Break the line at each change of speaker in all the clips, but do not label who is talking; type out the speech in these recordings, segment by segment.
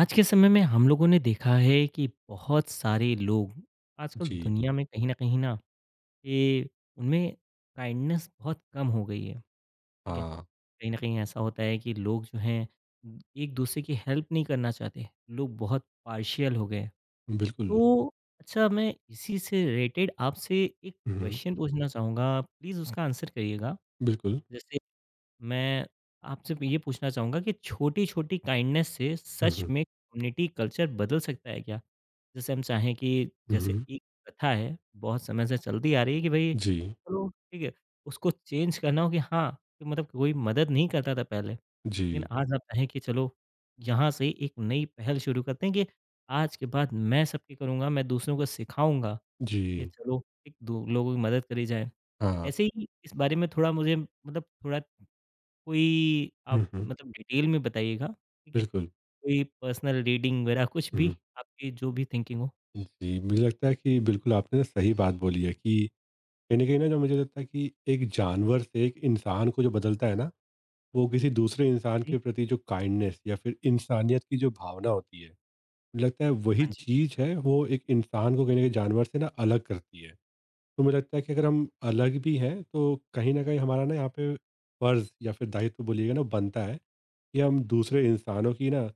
आज के समय में हम लोगों ने देखा है कि बहुत सारे लोग आजकल
जी,
दुनिया में कहीं न कहीं ना ये उनमें काइंडनेस बहुत कम हो गई है, ठीक है?
हाँ,
कहीं न कहीं ऐसा होता है कि लोग जो हैं एक-दूसरे की हेल्प नहीं करना चाहते, लोग बहुत पार्शियल हो गए हैं।
बिल्कुल।
तो अच्छा मैं इसी से रिलेटेड आपसे एक
हुँ, हुँ,
क्वेश्चन पूछना चाहूँगा, प्लीज़ उसका आंसर करिएगा।
बिल्कुल।
जैसे मैं आपसे ये पूछना चाहूँगा कि छोटी-छोटी काइंडनेस से
हुँ,
सच
हुँ,
में कम्युनिटी कल्चर बदल सकता है क्या? जैसे हम चाहें कि
हुँ,
जैसे
हुँ।
एक प्रथा है, बहुत समय से चलती आ रही है कि भई
जी,
चलो ठीक है, उसको चेंज करना हो कि हाँ, कि मतलब कोई मदद नहीं करता था पहले। लेकिन
जी,
आज आप चाहें कि चलो यहाँ से एक नई पहल शुरू करते हैं कि आज के बाद मैं सब के करूँगा, मैं दूसरों को सिखाऊँगा कि
जी,
चलो एक दो लोगों की मदद करी जाए।
हाँ।
ऐसे ही इस बारे में थोड़ा मुझे मतलब थोड़ा कोई आप
हुँ, हुँ,
मतलब डिटेल में बताइएगा, ठीक है?
बिल्कुल।
कोई पर्सनल रीडिंग वगैरह कुछ भी
हुँ,
आपकी जो भी थिंकिंग हो।
जी, मुझे लगता है कि बिल्कुल आपने सही बात बोली है कि कहीं न कहीं ना जो मुझे लगता है कि एक जानवर से एक इंसान को जो बदलता है ना, वो किसी दूसरे इंसान
जी,
के प्रति जो काइंडनेस या फिर इंसानियत की जो भावना होती है, मुझे लगता है
हाँ
वही
जी,
चीज़ है, वो एक इंसान को कहीं न कहीं जानवर से ना अलग करती है। तो मुझे लगता है कि अगर हम अलग भी हैं तो कहीं न कहीं हमारा ना यहाँ पे फ़र्ज़ या फिर दायित्व बोलिएगा ना बनता है कि हम दूसरे इंसानों की ना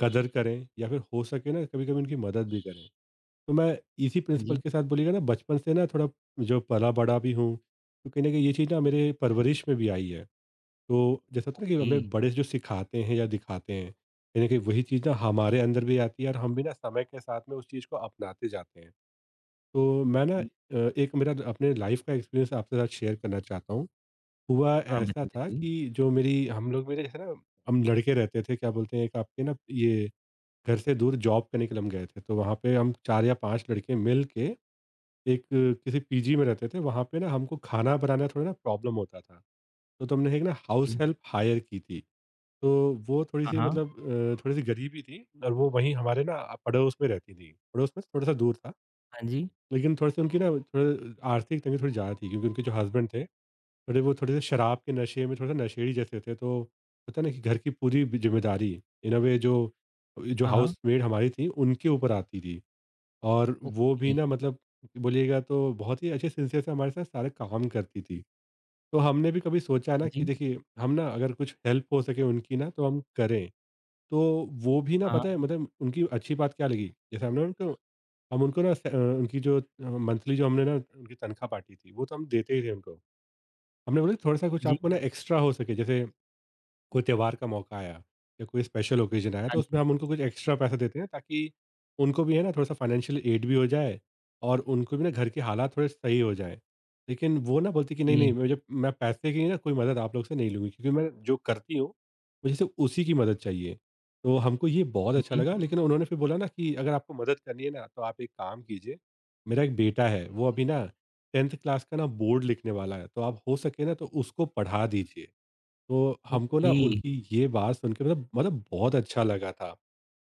कदर करें या फिर हो सके ना कभी-कभी उनकी मदद भी करें। तो मैं इसी
हाँ
प्रिंसिपल
जी,
के साथ बोलिएगा ना बचपन से ना थोड़ा जो पला-बड़ा भी हूँ, तो कहीं न कहीं ये चीज़ ना मेरे
हाँ जी।
परवरिश में भी आई है। तो जैसा होता है ना कि
ओके,
हमें बड़े जो सिखाते हैं या दिखाते हैं, कहीं न कहीं वही चीज़ ना हमारे अंदर भी आती है और हम भी ना समय के साथ में उस चीज़ को अपनाते जाते हैं। तो मैं ना
ओके।
एक मेरा अपने लाइफ़ का एक्सपीरियंस आपके साथ शेयर करना चाहता हूँ। हुआ
हाँ,
ऐसा
बताइए,
था
बताइए।
कि जो मेरी हम लोग मेरे जैसे ना हम लड़के रहते थे, क्या बोलते हैं एक आपके ना ये घर से दूर जॉब करने के लिए हम गए थे। तो वहाँ पे हम 4 या 5 लड़के मिल के एक किसी पीजी में रहते थे। वहाँ पे ना हमको खाना बनाना थोड़ा ना प्रॉब्लम होता था। तो हमने एक ना हाउस
जी,
हेल्प हायर की थी। तो वो
हाँ,
थोड़ी-सी
हाँ।
मतलब थोड़ी-सी गरीब ही थी और वो वहीं हमारे ना पड़ोस में रहती थी। पड़ोस में थोड़ा-सा दूर था।
हाँ जी,
लेकिन थोड़े-से उनकी ना थोड़े आर्थिक तंगी थोड़ी ज़्यादा थी क्योंकि उनके जो हस्बैंड थे, थोड़े वो थोड़े-से शराब के नशे में थोड़ा-सा नशेड़ी जैसे थे, तो होता है ना कि घर की पूरी ब ज़िम्मेदारी इन अ वे जो जो
हाँ, हाँ।
हाउसमेड हमारी थी, उनके ऊपर आती थी। और वो भी
ओके,
ना मतलब बोलिएगा तो बहुत ही अच्छे सिंसियर से हमारे साथ सारे काम करती थी। तो हमने भी कभी सोचा
हाँ
ना कि
जी,
देखिए, हम ना अगर कुछ हेल्प हो सके उनकी ना तो हम करें। तो वो भी ना
हाँ, हाँ।
पता है मतलब उनकी अच्छी बात क्या लगी, जैसे हमने उनको हम उनको ना उनकी जो मंथली जो हमने ना उनकी तनख्वाह बाँटी थी, वो तो हम देते ही थे उनको। हमने बोला थोड़ा-सा
हाँ
कुछ
जी,
आपको ना एक्स्ट्रा हो सके, जैसे कोई त्योहार का मौका आया या कोई स्पेशल ओकेजन आया
हाँ
तो
जी।
उसमें हम उनको कुछ एक्स्ट्रा पैसा देते हैं, ताकि उनको भी है ना थोड़ा सा फाइनेंशियल एड भी हो जाए और उनको भी ना घर के हालात थोड़े सही हो जाए। लेकिन वो ना बोलती कि नहीं
ये,
नहीं, मुझे मैं पैसे की ना कोई मदद आप लोग से नहीं लूँगी, क्योंकि मैं जो करती हूँ मुझे सिर्फ उसी की मदद चाहिए। तो हमको ये बहुत
हाँ
अच्छा
जी,
लगा, लेकिन उन्होंने फिर बोला ना कि अगर आपको मदद करनी है ना तो आप एक काम कीजिए, मेरा एक बेटा है वो अभी ना टेंथ क्लास का ना बोर्ड लिखने वाला है, तो आप हो सके ना तो उसको पढ़ा दीजिए। तो हमको ना
ओके।
उनकी ये बात सुन के मतलब बहुत अच्छा लगा था।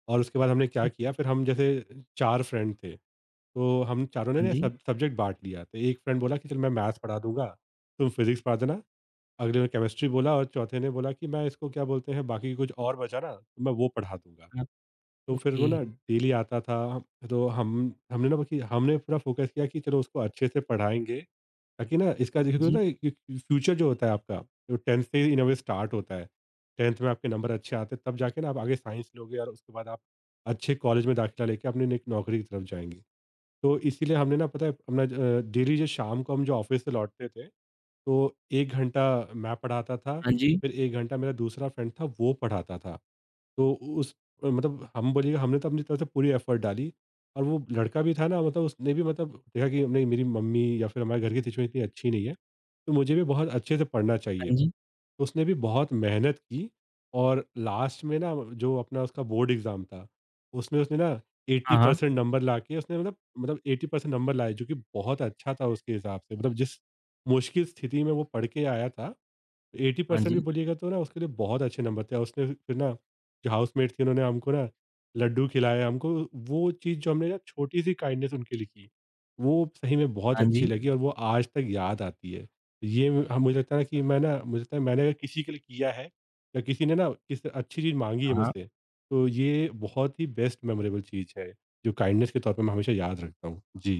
और उसके बाद
हाँ
हमने क्या
जी,
किया, फिर हम जैसे 4 फ्रेंड थे, तो हम चारों ने
हाँ
ना
जी,
सब सब्जेक्ट बाँट लिया। तो एक फ्रेंड बोला कि चल मैं मैथ्स पढ़ा दूँगा, तुम फिज़िक्स पढ़ा देना, अगले ने केमिस्ट्री बोला और चौथे ने बोला कि मैं इसको क्या बोलते हैं बाकी कुछ और बचा ना तो मैं वो पढ़ा दूँगा।
हाँ।
तो फिर वो
ओके,
ना हुँ। डेली आता था, तो हम हमने ना, बल्कि हमने पूरा फ़ोकस किया कि चलो उसको अच्छे से पढ़ाएँगे, ताकि ना इसका
हाँ
देखिए
जी,
ना फ्यूचर जो होता है आपका, जो 10th से इन अ वे स्टार्ट होता है। 10th में आपके नंबर अच्छे आते हैं, तब जाके ना आप आगे साइंस लोगे और उसके बाद आप अच्छे कॉलेज में दाखिला लेके अपनी एक नौकरी की तरफ जाएंगे। तो इसीलिए हमने ना पता है अपना डेली जो शाम को हम जो ऑफिस से लौटते थे, तो एक घंटा मैं पढ़ाता था,
हाँ जी,
फिर एक घंटा मेरा दूसरा फ्रेंड था वो पढ़ाता था। तो उस मतलब हम बोलिए हमने तो अपनी तरफ से पूरी एफर्ट डाली, और वो लड़का भी था ना मतलब उसने भी मतलब देखा कि नहीं, मेरी मम्मी या फिर हमारे घर की सिचुएशन इतनी अच्छी नहीं है, तो मुझे भी बहुत अच्छे से पढ़ना चाहिए।
हाँ जी।
तो उसने भी बहुत मेहनत की और लास्ट में ना जो अपना उसका बोर्ड एग्ज़ाम था, उसमें उसने ना
हाँ, हाँ।
80% नंबर लाके उसने मतलब 80% नंबर लाए, जो कि बहुत अच्छा था उसके हिसाब से। मतलब जिस मुश्किल स्थिति में वो पढ़ के आया था,
हाँ
80% भी
जी,
बोलिएगा तो ना उसके लिए बहुत अच्छे नंबर थे, और उसने फिर ना जो हाउसमेट थी उन्होंने हमको ना लड्डू खिलाया हमको। वो चीज़ जो हमने ना छोटी सी काइंडनेस उनके लिए की, वो सही में बहुत
हाँ
अच्छी
जी,
लगी और वो आज तक याद आती है। ये म- हम मुझे लगता है ना कि मैं ना मुझे लगता है मैंने अगर किसी के लिए किया है या किसी ने ना किसी अच्छी चीज़ मांगी है
हाँ, हाँ।
मुझसे, तो ये बहुत ही बेस्ट मेमोरेबल चीज़ है, जो काइंडनेस के तौर पर मैं हमेशा याद रखता हूँ जी।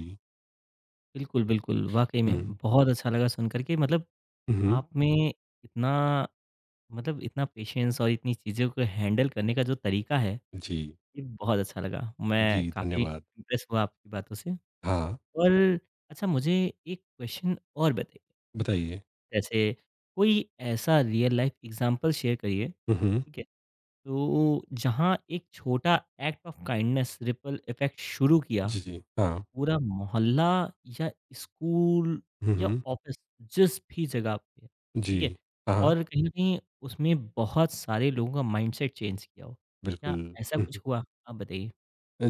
बिल्कुल, बिल्कुल, वाक़ई में
हम्म।
बहुत अच्छा लगा सुन कर के मतलब
हम्म,
आप में इतना मतलब इतना पेशेंस और इतनी चीज़ों को हैंडल करने का जो तरीका है,
जी।
ये बहुत अच्छा लगा।
जी,
मैं काफ़ी
धन्यवाद।
इम्प्रेस हुआ आपकी बातों से।
हाँ।
और अच्छा मुझे एक क्वेश्चन और बताइए,
बताइए।
जैसे कोई ऐसा रियल लाइफ़ एग्ज़ाम्पल शेयर करिए,
हम्म।
ठीक है? तो जहाँ एक छोटा act of kindness ripple effect शुरू किया
जी, जी। हाँ।
पूरा मोहल्ला या स्कूल
हुँ,
या
हुँ।
ऑफिस जिस भी जगह पे, ठीक है?
जी। हाँ, हाँ,
और कहीं न कहीं उसमें बहुत सारे लोगों का माइंडसेट चेंज किया हो। क्या
बिल्कुल।
ऐसा
हुँ,
कुछ
हुँ।
हुआ? आप बताइए।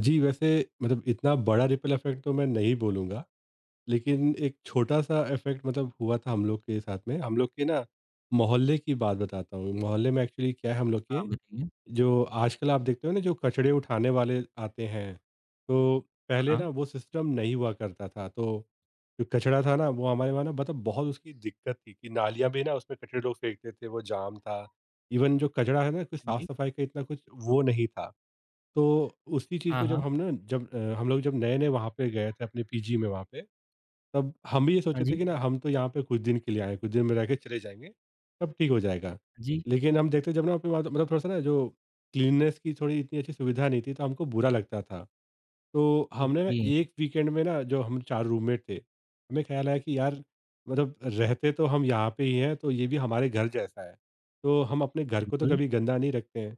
जी, वैसे मतलब इतना बड़ा रिपल इफ़ेक्ट तो मैं नहीं बोलूँगा, लेकिन एक छोटा-सा इफ़ेक्ट मतलब हुआ था हम लोग के साथ में। हम लोग के ना मोहल्ले की बात बताता हूँ। मोहल्ले में एक्चुअली क्या है, हम लोग
हाँ,
के
बताइए।
जो आजकल आप देखते हो ना जो कचड़े उठाने वाले आते हैं, तो पहले
हाँ,
ना वो सिस्टम नहीं हुआ करता था। तो जो कचड़ा था ना वो हमारे वहाँ ना मतलब बहुत उसकी दिक्कत थी कि नालियाँ भी ना उसमें कचड़े लोग फेंकते थे, वो जाम था। इवन जो कचड़ा है ना, कोई
हाँ जी।
साफ-सफाई का इतना कुछ वो नहीं था। तो उसी चीज़
हाँ,
को जब
हाँ।
हम ना हम लोग जब नए-नए वहाँ पे गए थे अपने पीजी में वहाँ पे, तब हम भी ये
हाँ
सोचे थे
जी,
कि ना हम तो यहाँ पे कुछ दिन के लिए आए हैं, कुछ दिन में रह के चले जाएँगे, तब ठीक हो जाएगा।
हाँ जी।
लेकिन हम देखते जब ना अपनी वहाँ मतलब थोड़ा-सा ना जो क्लीननेस की थोड़ी इतनी अच्छी सुविधा नहीं थी, तो हमको बुरा लगता था। तो हमने ना
ओके,
एक वीकेंड में ना जो हम 4 रूममेट थे, हमें ख़्याल आया कि यार, मतलब रहते तो हम यहाँ पे ही हैं, तो ये भी हमारे घर जैसा है। तो हम अपने घर को तो
बिल्कुल।
कभी गंदा नहीं रखते हैं।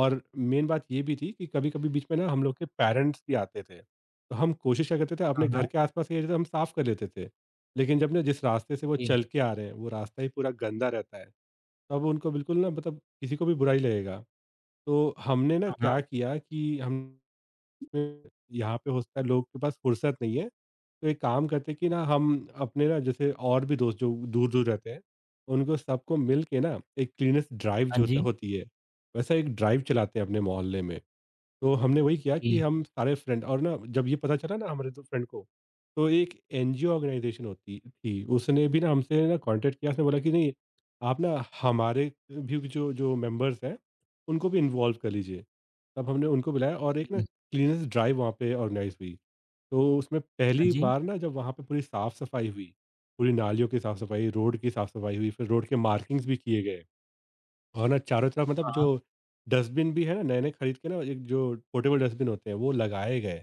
और मेन बात ये भी थी कि कभी-कभी बीच में ना हम लोग के पेरेंट्स भी आते थे। तो हम कोशिश क्या करते थे,
हाँ,
अपने
हाँ।
घर के आस-पास एरिया तो हम साफ़ कर लेते थे। लेकिन जब ना जिस रास्ते से वो
ओके।
चल के आ रहे हैं, वो रास्ता ही पूरा गंदा रहता है। तब उनको बिल्कुल ना मतलब किसी को भी बुरा ही लगेगा। तो हमने ना
हाँ, हाँ।
क्या किया कि हम में यहाँ पे होता है, लोग के पास फुर्सत नहीं है। तो एक काम करते हैं कि ना हम अपने ना, जैसे और भी दोस्त जो दूर-दूर रहते हैं, उनको सबको मिल के ना एक क्लीनेस्ट ड्राइव
हाँ
जो होता
जी।
होती है, वैसा एक ड्राइव चलाते हैं अपने मोहल्ले में। तो हमने वही किया
ओके,
कि हम सारे फ्रेंड, और ना जब ये पता चला ना हमारे दो फ्रेंड को, तो एक एनजीओ ऑर्गेनाइजेशन होती थी उसने भी ना हमसे ना कांटेक्ट किया, उसने बोला कि नहीं, आप ना हमारे भी जो जो मेंबर्स हैं उनको भी इन्वॉल्व कर लीजिए। तब हमने उनको बुलाया और एक ना
ओके।
क्लीनेस ड्राइव वहाँ पे ऑर्गेनाइज हुई। तो उसमें
हाँ
पहली
जी।
बार ना जब वहाँ पे पूरी साफ सफाई हुई, पूरी नालियों की साफ सफाई, रोड की साफ सफाई हुई, फिर रोड के मार्किंग्स भी किए गए, और ना चारों तरफ मतलब
हाँ,
जो
हाँ।
डस्टबिन भी है ना नए-नए खरीद के ना, एक जो पोर्टेबल डस्टबिन होते हैं वो लगाए गए।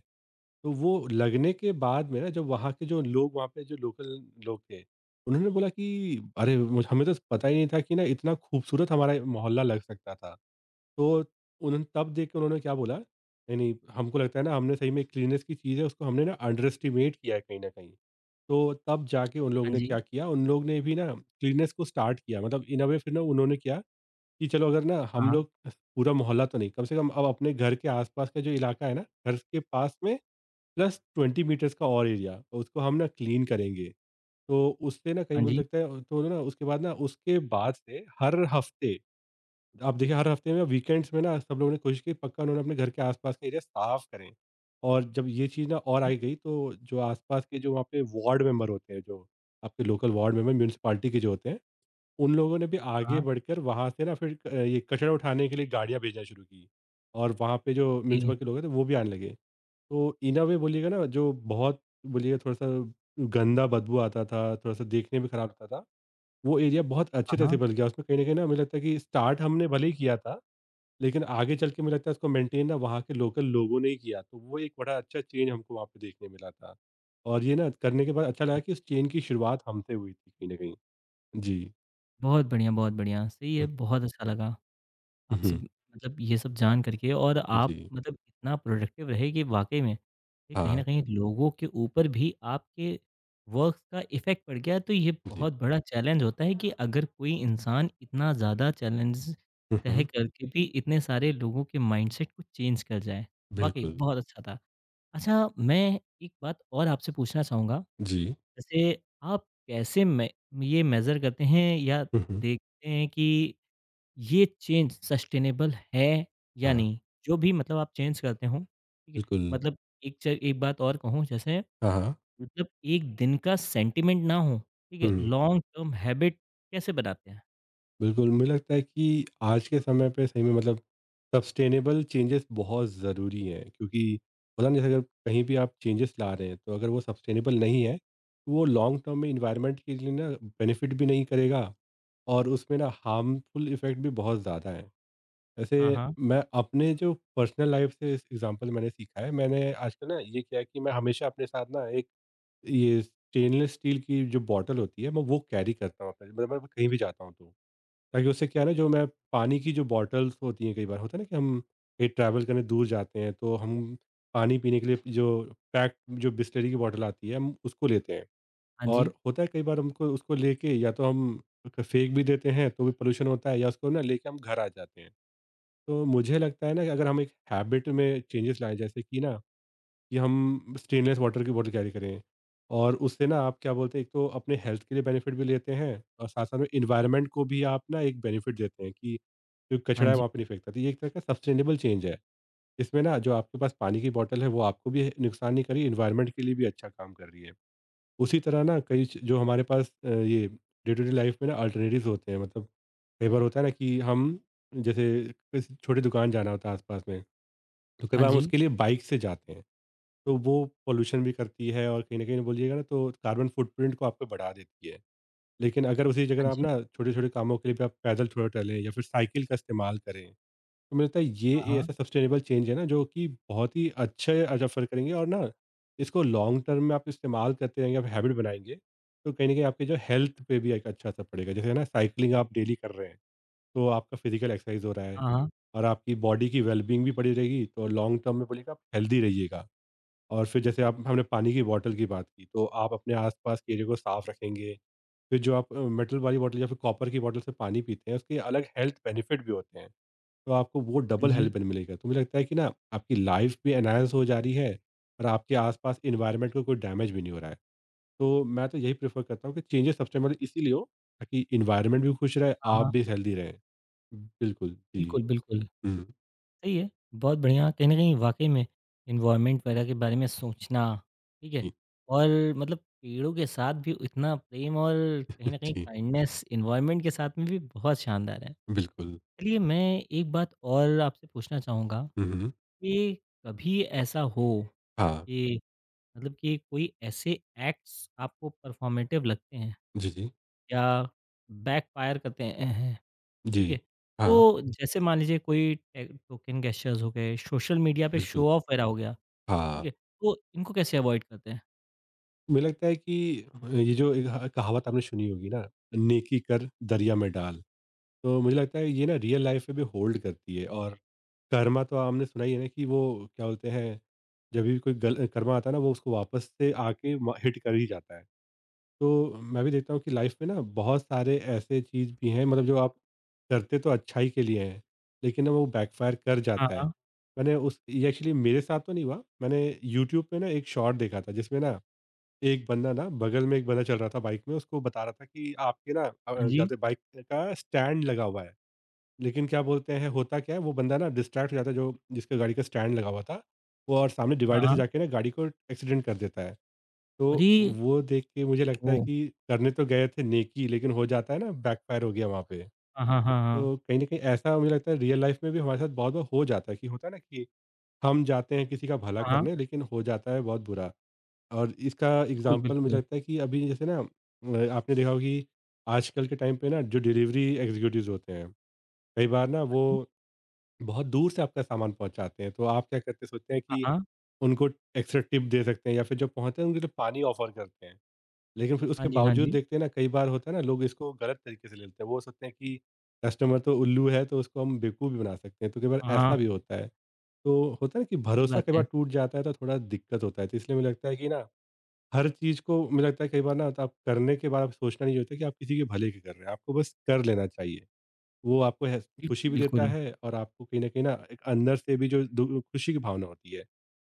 तो वो लगने के बाद में ना जब वहाँ के जो लोग वहाँ पे जो लोकल लोग थे, उन्होंने बोला कि अरे! मुझ हमें तो पता ही नहीं था कि ना इतना खूबसूरत हमारा मोहल्ला लग सकता था। तो उन्होंने तब देख के उन्होंने क्या बोला, नहीं, नहीं हमको लगता है ना हमने सही में क्लीननेस की चीज़ है उसको हमने ना अंडर एस्टिमेट किया है कहीं न कहीं। तो तब जाके उन लोगों
हाँ
ने
जी।
क्या किया, उन लोग ने भी ना क्लीननेस को स्टार्ट किया, मतलब इन अ वे फिर ना उन्होंने क्या कि चलो अगर ना
हाँ,
हम
हाँ।
लोग पूरा मोहल्ला तो नहीं, कम से कम अब अपने घर के आसपास का जो इलाका है ना, घर के पास में प्लस 20 मीटर्स का और एरिया, उसको हम ना क्लीन करेंगे। तो उससे ना कहीं
हाँ
मुझे
जी।
लगता है तो ना उसके बाद से हर हफ्ते आप देखिए, हर हफ्ते में वीकेंड्स में ना सब लोगों ने कोशिश की पक्का उन्होंने अपने घर के आसपास का एरिया साफ करें। और जब ये चीज़ ना और आई गई तो जो आसपास के जो वहाँ पे वार्ड मेंबर होते हैं, जो आपके लोकल वार्ड मेंबर म्यूनसिपाली के जो होते हैं, उन लोगों ने भी
हाँ,
आगे
हाँ।
बढ़कर वहाँ से ना फिर क ये कचरा उठाने के लिए गाड़ियाँ भेजना शुरू की। और वहाँ पे जो
ओके।
म्युनिसिपल के लोग हैं तो वो भी आने लगे। तो इन अ वे बोलिएगा ना जो बहुत बोलिए थोड़ा-सा गंदा बदबू आता था, थोड़ा-सा देखने में ख़राब लगता था, वो एरिया बहुत
हाँ,
अच्छे तरह से
हाँ।
बन गया। उसमें कहीं न कहीं ना मुझे लगता है कि स्टार्ट हमने भले ही किया था, लेकिन आगे चल के मुझे लगता है उसको मेंटेन ना वहाँ के लोकल लोगों ने ही किया। तो वो एक बड़ा अच्छा चेंज हमको वहाँ पे देखने मिला था। और ये ना करने के बाद अच्छा
ए।
लगा कि उस चेन की शुरुआत हमसे हुई थी कहीं न कहीं। जी।
बहुत बढ़िया, बहुत बढ़िया। सही है,
हुँ,
बहुत अच्छा लगा। आपसे
हुँ,
भी मतलब ये सब जान करके और आप
जी।
मतलब इतना प्रोडक्टिव रहे कि वाक़ई में ये कहीं न
हाँ,
कहीं लोगों के ऊपर भी आपके वर्क का इफ़ेक्ट पड़ गया। तो ये
जी।
बहुत बड़ा चैलेंज होता है कि अगर कोई इंसान इतना ज़्यादा चैलेंज
हुँ,
तय
हुँ,
करके भी इतने सारे लोगों के माइंडसेट को चेंज कर जाए। वाक़ई
बिल्कुल।
बहुत अच्छा था। अच्छा मैं एक बात और आपसे पूछना चाहूँगा,
जी।
जैसे आप कैसे में ये मेज़र करते हैं या
हुँ, हुँ।
देखते हैं कि ये चेंज सस्टेनेबल है या
हाँ,
नहीं? जो भी मतलब आप चेंज करते हो, ठीक है?
बिल्कुल।
मतलब एक च एक बात और कहूँ जैसे
हाँ, हाँ।
मतलब एक दिन का सेंटिमेंट ना हो, ठीक है?
हुँ,
लॉन्ग टर्म हैबिट कैसे बनाते हैं?
बिल्कुल, मुझे लगता है कि आज के समय पे सही में मतलब सस्टेनेबल चेंजेज़ बहुत ज़रूरी हैं, क्योंकि पता नहीं, जैसे अगर कहीं भी आप चेंजेज़ ला रहे हैं, तो अगर वो सस्टेनेबल नहीं है, तो वो लॉन्ग टर्म में एनवायरनमेंट के लिए ना बेनिफिट भी नहीं करेगा और उसमें ना हार्मफुल इफ़ेक्ट भी बहुत ज़्यादा है। वैसे
हाँ, हाँ।
मैं अपने जो पर्सनल लाइफ़ से इस एग्ज़ाम्पल मैंने सीखा है, मैंने आजकल ना ये किया है कि मैं हमेशा अपने साथ ना एक ये स्टेनलेस स्टील की जो बॉटल होती है, मैं वो कैरी करता हूँ अपने, मतलब मैं कहीं भी जाता हूँ तो। ताकि उससे क्या है ना जो मैं पानी की जो बॉटल्स होती हैं, कई बार होता है ना कि हम कहीं ट्रैवल करने दूर जाते हैं तो हम पानी पीने के लिए पैक जो बिसलेरी की बॉटल आती है हम उसको लेते हैं।
हाँ जी,
और होता है कई बार हमको उसको लेके या तो हम क फेंक भी देते हैं तो भी पॉल्यूशन होता है, या उसको ना लेके हम घर आ जाते हैं। तो मुझे लगता है ना कि अगर हम एक हैबिट में चेंजेस लाएँ, जैसे कि ना कि हम स्टेनलेस वाटर की बोतल कैरी करें, और उससे ना आप क्या बोलते हैं, एक तो अपने हेल्थ के लिए बेनिफिट भी लेते हैं और साथ साथ में इन्वायरमेंट को भी आप ना एक बेनिफिट देते हैं कि जो
हाँ
कचरा है
जी,
वहाँ पे नहीं फेंकता, तो ये एक तरह का सस्टेनेबल चेंज है। इसमें ना जो आपके पास पानी की बोतल है वो आपको भी नुकसान नहीं कर रही, इन्वायरमेंट के लिए भी अच्छा काम कर रही है। उसी तरह ना जो हमारे पास ये डे टू डे लाइफ में ना अल्टरनेटिव होते हैं, मतलब कई बार होता है ना कि हम, जैसे किसी छोटी दुकान जाना होता है आसपास में, तो कई
हाँ
बार हम
जी,
उसके लिए बाइक से जाते हैं, तो वो पॉल्यूशन भी करती है और कहीं न कहीं बोलिएगा ना तो कार्बन फुटप्रिंट को आपको बढ़ा देती है। लेकिन अगर उसी जगह
हाँ
आप
जी,
ना छोटे-छोटे कामों के लिए भी आप पैदल थोड़ा टहलें या फिर साइकिल का इस्तेमाल करें, तो मुझे लगता है
हाँ,
ये
हाँ,
ऐसा सस्टेनेबल चेंज है ना जो कि बहुत ही अच्छे असर करेंगे। और ना इसको लॉन्ग टर्म में आप इस्तेमाल करते रहेंगे, आप हैबिट बनाएँगे, तो कहीं न कहीं आपके जो हेल्थ पे भी एक अच्छा असर पड़ेगा। जैसे ना साइकिलिंग आप डेली कर रहे हैं, तो आपका फिज़िकल एक्सरसाइज़ हो रहा है
हाँ, हाँ,
और आपकी बॉडी की वेल-बीइंग भी बढ़ी रहेगी, तो लॉन्ग टर्म में बोलिएगा आप हेल्दी रहिएगा। और फिर जैसे आप, हमने पानी की बॉटल की बात की, तो आप अपने आस-पास के एरिया को साफ रखेंगे। फिर जो आप मेटल वाली बॉटल या फिर कॉपर की बॉटल से पानी पीते हैं, उसके अलग हेल्थ बेनिफिट भी होते हैं। तो आपको वो
हाँ
डबल
जी,
हेल्प बेन मिलेगा। तो मुझे लगता है कि ना आपकी लाइफ़ भी एनहांस हो जा रही है और आपके आस-पास एनवायरनमेंट को कोई डैमेज भी नहीं हो रहा है। तो मैं तो यही प्रेफ़र करता हूँ कि चेंजेज़ सबसे पहले इसीलिए हो ताकि एनवायरनमेंट भी खुश रहे,
हाँ,
आप
हाँ।
भी हेल्दी रहें। बिल्कुल, जी।
बिल्कुल, बिल्कुल।
हुँ,
सही है, बहुत बढ़िया। कहीं न कहीं वाक़ई में एनवायरनमेंट वगैरह के बारे में सोचना, ठीक है?
जी,
और मतलब पेड़ों के साथ भी इतना प्रेम और कहीं न कहीं
जी,
काइंडनेस एनवायरनमेंट के साथ में भी बहुत शानदार है।
बिल्कुल।
चलिए मैं एक बात और आपसे पूछना चाहूँगा
हुँ, हुँ।
कि कभी ऐसा हो
हाँ।
कि मतलब कि कोई ऐसे एक्ट्स आपको परफॉर्मेटिव लगते हैं
जी, जी।
या बैकफ़ायर करते हैं?
जी।
ठीक है?
हाँ,
तो जैसे मान लीजिए कोई टे टोकन गेस्चर्स हो गए, सोशल मीडिया पे
बिल्कुल।
शो ऑफ वगैरह हो गया, ठीक
हाँ,
है? तो इनको कैसे अवॉइड करते हैं?
मुझे लगता है कि ये जो एक ह कहावत आपने सुनी होगी ना, "नेकी कर, दरिया में डाल।" तो मुझे लगता है ये ना रियल लाइफ़ में भी होल्ड करती है। और कर्मा तो आपने सुना ही है ना कि वो क्या बोलते हैं, जब भी कोई गल कर्मा आता है ना, वो उसको वापस से आके म हिट कर ही जाता है। तो मैं भी देखता हूँ कि लाइफ़ में ना बहुत सारे ऐसे चीज़ भी हैं, मतलब जो आप करते तो अच्छाई के लिए हैं, लेकिन ना वो बैकफ़ायर कर
हाँ,
जाता है।
हाँ।
मैंने उस ये एक्चुअली मेरे साथ तो नहीं हुआ, मैंने यूट्यूब पे ना एक शॉर्ट देखा था जिसमें ना एक बंदा ना बगल में एक बंदा चल रहा था बाइक में, उसको बता रहा था कि आपके ना क्या
हाँ जी।
बोलते हैं, बाइक का स्टैंड लगा हुआ है। लेकिन क्या बोलते हैं, होता क्या है, वो बंदा ना डिस्ट्रैक्ट हो जाता है जो जिसके गाड़ी का स्टैंड लगा हुआ था, वो और सामने
हाँ,
डिवाइडर से
हाँ।
जाके ना गाड़ी को एक्सीडेंट कर देता है। तो
अरे!
वो देख के मुझे लगता है
ओह!
कि करने तो गए थे नेकी, लेकिन हो जाता है ना, बैकफायर हो गया वहाँ पे।
हाँ, हाँ, हाँ, हाँ।
तो कहीं न कहीं ऐसा मुझे लगता है रियल लाइफ़ में भी हमारे साथ बहुत बार हो जाता है कि होता है ना कि हम जाते हैं किसी का भला
हाँ, हाँ।
करने लेकिन हो जाता है बहुत बुरा। और इसका
बिल्कुल,
एग्ज़ाम्पल मुझे
बिल्कुल।
लगता है कि अभी जैसे ना आपने देखा होगा कि आजकल के टाइम पे ना जो डिलीवरी एग्जीक्यूटिव्स होते हैं, कई बार ना
हाँ
वो
जी।
बहुत दूर से आपका सामान पहुँचाते हैं, तो आप क्या करते हैं, सोचते हैं
हाँ,
कि
हाँ।
उनको एक्स्ट्रा टिप दे सकते हैं या फिर जब पहुँचते हैं उनके लिए पानी ऑफ़र करते हैं। लेकिन फिर
हाँ
उसके
जी, हाँ
बावजूद
जी।
देखते हैं ना, कई बार होता है ना, लोग इसको गलत तरीके से ले लेते हैं। वो सोचते हैं कि कस्टमर तो उल्लू है, तो उसको हम बेवकूफ़ भी बना सकते हैं, तो कई बार
हाँ,
ऐसा
हाँ।
भी होता है। तो होता है ना कि
सही
भरोसा कई
बात
बार
है।
टूट जाता है, तो थोड़ा दिक्कत होता है, तो इसलिए मुझे लगता है कि ना, हर चीज़ को मुझे लगता है कई बार ना तो आप करने के बाद आप सोचना नहीं होता कि आप किसी के भले के कर रहे हैं, आपको बस कर लेना चाहिए। वो आपको है खुशी
बिल्कुल,
भी देता
बिल्कुल।
है और आपको कहीं न कहीं ना एक अंदर से भी जो दु खुशी की भावना होती है,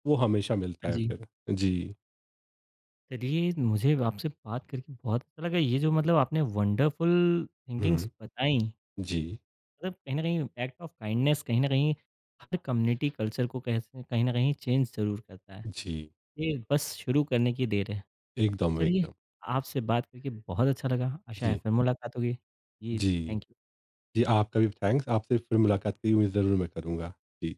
वो हमेशा मिलता
हाँ
है
जी।
फिर। जी।
चलिए, मुझे आपसे बात करके बहुत अच्छा लगा। ये जो मतलब आपने वंडरफुल थिंकिंग्स
हुँ।
बताई
जी,
मतलब कहीं न कहीं एक्ट ऑफ काइंडनेस कहीं न कहीं हर कम्युनिटी कल्चर को कह स कहीं न कहीं चेंज ज़रूर करता है।
जी।
ये बस शुरू करने की देर है।
एकदम,
चलिए,
एकदम।
आपसे बात करके बहुत अच्छा लगा। आशा है
जी,
फिर मुलाकात होगी। जी,
जी।
Thank you.
जी, आपका भी थैंक्स। आपसे फिर मुलाकात की उम्मीद ज़रूर मैं करूँगा। जी।